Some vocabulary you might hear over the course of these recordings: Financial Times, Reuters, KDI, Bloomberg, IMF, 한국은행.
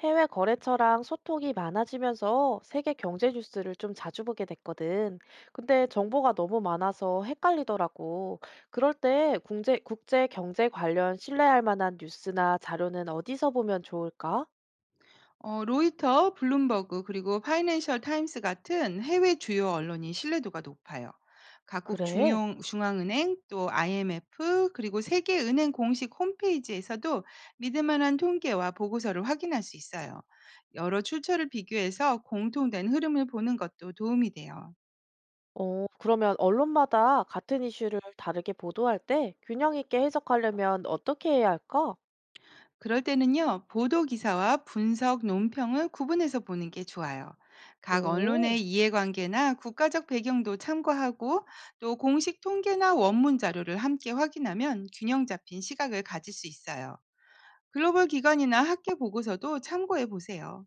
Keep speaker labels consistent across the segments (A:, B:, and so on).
A: 해외 거래처랑 소통이 많아지면서 세계 경제 뉴스를 좀 자주 보게 됐거든. 근데 정보가 너무 많아서 헷갈리더라고. 그럴 때 국제 경제 관련 신뢰할 만한 뉴스나 자료는 어디서 보면 좋을까?
B: 로이터, 블룸버그 그리고 파이낸셜 타임스 같은 해외 주요 언론이 신뢰도가 높아요. 각국
A: 그래?
B: 중용 중앙은행 또 IMF 그리고 세계은행 공식 홈페이지에서도 믿을 만한 통계와 보고서를 확인할 수 있어요. 여러 출처를 비교해서 공통된 흐름을 보는 것도 도움이 돼요.
A: 그러면 언론마다 같은 이슈를 다르게 보도할 때 균형 있게 해석하려면 어떻게 해야 할까?
B: 그럴 때는요, 보도 기사와 분석, 논평을 구분해서 보는 게 좋아요. 각
A: 오.
B: 언론의 이해관계나 국가적 배경도 참고하고 또 공식 통계나 원문 자료를 함께 확인하면 균형 잡힌 시각을 가질 수 있어요. 글로벌 기관이나 학계 보고서도 참고해 보세요.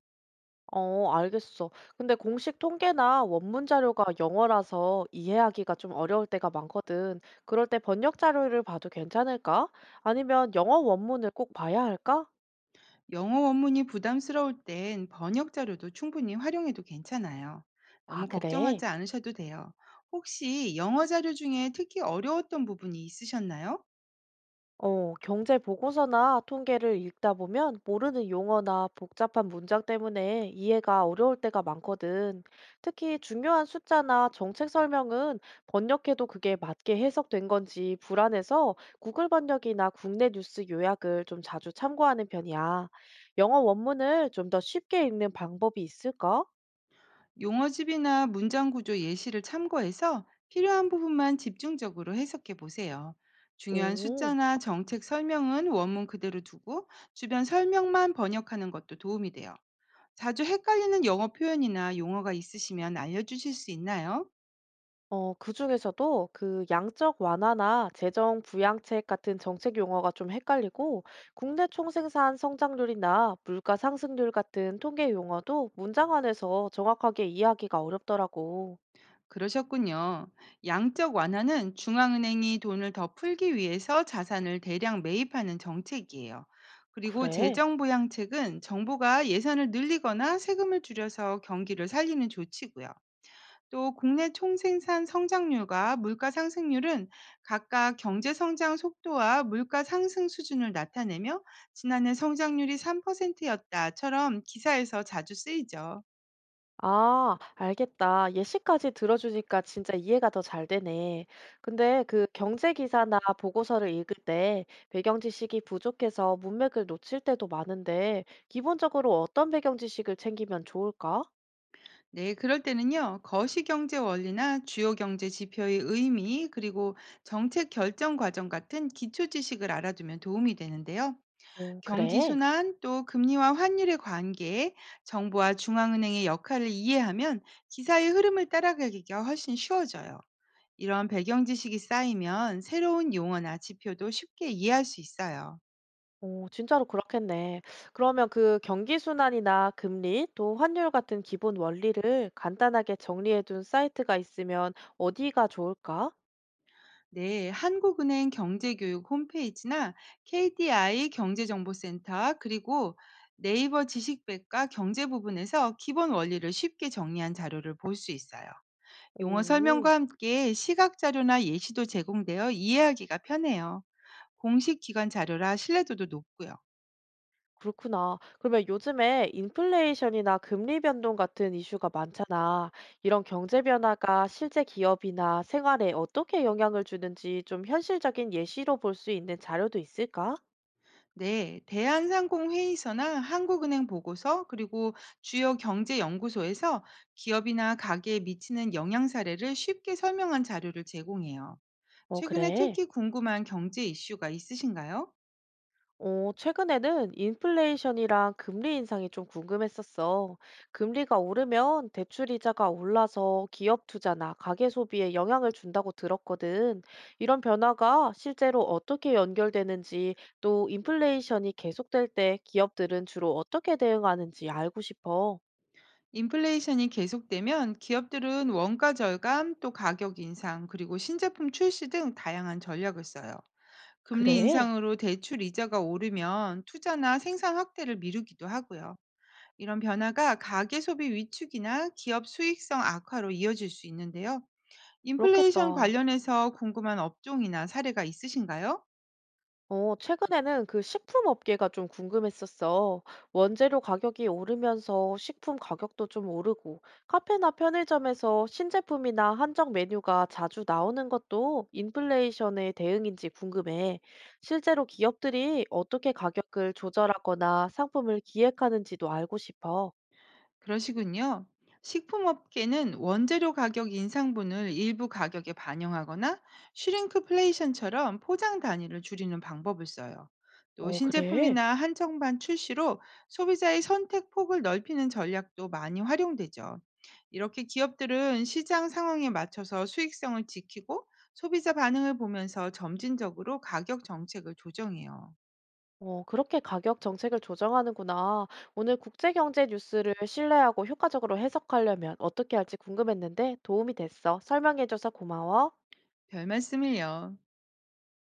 A: 어, 알겠어. 근데 공식 통계나 원문 자료가 영어라서 이해하기가 좀 어려울 때가 많거든. 그럴 때 번역 자료를 봐도 괜찮을까? 아니면 영어 원문을 꼭 봐야 할까?
B: 영어 원문이 부담스러울 땐 번역 자료도 충분히 활용해도 괜찮아요.
A: 아,
B: 너무
A: 그래.
B: 걱정하지 않으셔도 돼요. 혹시 영어 자료 중에 특히 어려웠던 부분이 있으셨나요?
A: 경제 보고서나 통계를 읽다 보면 모르는 용어나 복잡한 문장 때문에 이해가 어려울 때가 많거든. 특히 중요한 숫자나 정책 설명은 번역해도 그게 맞게 해석된 건지 불안해서 구글 번역이나 국내 뉴스 요약을 좀 자주 참고하는 편이야. 영어 원문을 좀 더 쉽게 읽는 방법이 있을까?
B: 용어집이나 문장 구조 예시를 참고해서 필요한 부분만 집중적으로 해석해 보세요. 중요한
A: 오.
B: 숫자나 정책 설명은 원문 그대로 두고 주변 설명만 번역하는 것도 도움이 돼요. 자주 헷갈리는 영어 표현이나 용어가 있으시면 알려주실 수 있나요?
A: 그중에서도 그 양적 완화나 재정 부양책 같은 정책 용어가 좀 헷갈리고 국내 총생산 성장률이나 물가 상승률 같은 통계 용어도 문장 안에서 정확하게 이해하기가 어렵더라고.
B: 그러셨군요. 양적 완화는 중앙은행이 돈을 더 풀기 위해서 자산을 대량 매입하는 정책이에요. 그리고
A: 그래?
B: 재정 보양책은 정부가 예산을 늘리거나 세금을 줄여서 경기를 살리는 조치고요. 또 국내 총생산 성장률과 물가 상승률은 각각 경제 성장 속도와 물가 상승 수준을 나타내며 지난해 성장률이 3%였다처럼 기사에서 자주 쓰이죠.
A: 아, 알겠다. 예시까지 들어주니까 진짜 이해가 더 잘 되네. 근데 그 경제 기사나 보고서를 읽을 때 배경 지식이 부족해서 문맥을 놓칠 때도 많은데 기본적으로 어떤 배경 지식을 챙기면 좋을까?
B: 네, 그럴 때는요, 거시경제 원리나 주요 경제 지표의 의미, 그리고 정책 결정 과정 같은 기초 지식을 알아두면 도움이 되는데요.
A: 어
B: 경기
A: 그래?
B: 순환, 또 금리와 환율의 관계, 정부와 중앙은행의 역할을 이해하면 기사의 흐름을 따라가기가 훨씬 쉬워져요. 이런 배경 지식이 쌓이면 새로운 용어나 지표도 쉽게 이해할 수 있어요.
A: 어 진짜로 그렇겠네. 그러면 그 경기 순환이나 금리 또 환율 같은 기본 원리를 간단하게 정리해 둔 사이트가 있으면 어디가 좋을까?
B: 네, 한국은행 경제교육 홈페이지나 KDI 경제정보센터 그리고 네이버 지식백과 경제 부분에서 기본 원리를 쉽게 정리한 자료를 볼 수 있어요. 용어
A: 오.
B: 설명과 함께 시각 자료나 예시도 제공되어 이해하기가 편해요. 공식 기관 자료라 신뢰도도 높고요.
A: 그렇구나. 그러면 요즘에 인플레이션이나 금리 변동 같은 이슈가 많잖아. 이런 경제 변화가 실제 기업이나 생활에 어떻게 영향을 주는지 좀 현실적인 예시로 볼 수 있는 자료도 있을까?
B: 네, 대한상공회의서나 한국은행 보고서 그리고 주요 경제연구소에서 기업이나 가게에 미치는 영향 사례를 쉽게 설명한 자료를 제공해요.
A: 어
B: 최근에
A: 그래.
B: 특히 궁금한 경제 이슈가 있으신가요?
A: 최근에는 인플레이션이랑 금리 인상이 좀 궁금했었어. 금리가 오르면 대출 이자가 올라서 기업 투자나 가계 소비에 영향을 준다고 들었거든. 이런 변화가 실제로 어떻게 연결되는지, 또 인플레이션이 계속될 때 기업들은 주로 어떻게 대응하는지 알고 싶어.
B: 인플레이션이 계속되면 기업들은 원가 절감, 또 가격 인상, 그리고 신제품 출시 등 다양한 전략을 써요. 금리
A: 그래?
B: 인상으로 대출 이자가 오르면 투자나 생산 확대를 미루기도 하고요. 이런 변화가 가계 소비 위축이나 기업 수익성 악화로 이어질 수 있는데요. 인플레이션
A: 그렇겠다.
B: 관련해서 궁금한 업종이나 사례가 있으신가요?
A: 최근에는 그 식품 업계가 좀 궁금했었어. 원재료 가격이 오르면서 식품 가격도 좀 오르고, 카페나 편의점에서 신제품이나 한정 메뉴가 자주 나오는 것도 인플레이션의 대응인지 궁금해. 실제로 기업들이 어떻게 가격을 조절하거나 상품을 기획하는지도 알고 싶어.
B: 그러시군요. 식품업계는 원재료 가격 인상분을 일부 가격에 반영하거나 슈링크플레이션처럼 포장 단위를 줄이는 방법을 써요. 또
A: 어, 그래?
B: 신제품이나 한정판 출시로 소비자의 선택 폭을 넓히는 전략도 많이 활용되죠. 이렇게 기업들은 시장 상황에 맞춰서 수익성을 지키고 소비자 반응을 보면서 점진적으로 가격 정책을 조정해요.
A: 그렇게 가격 정책을 조정하는구나. 오늘 국제경제 뉴스를 신뢰하고 효과적으로 해석하려면 어떻게 할지 궁금했는데 도움이 됐어. 설명해줘서 고마워.
B: 별 말씀을요.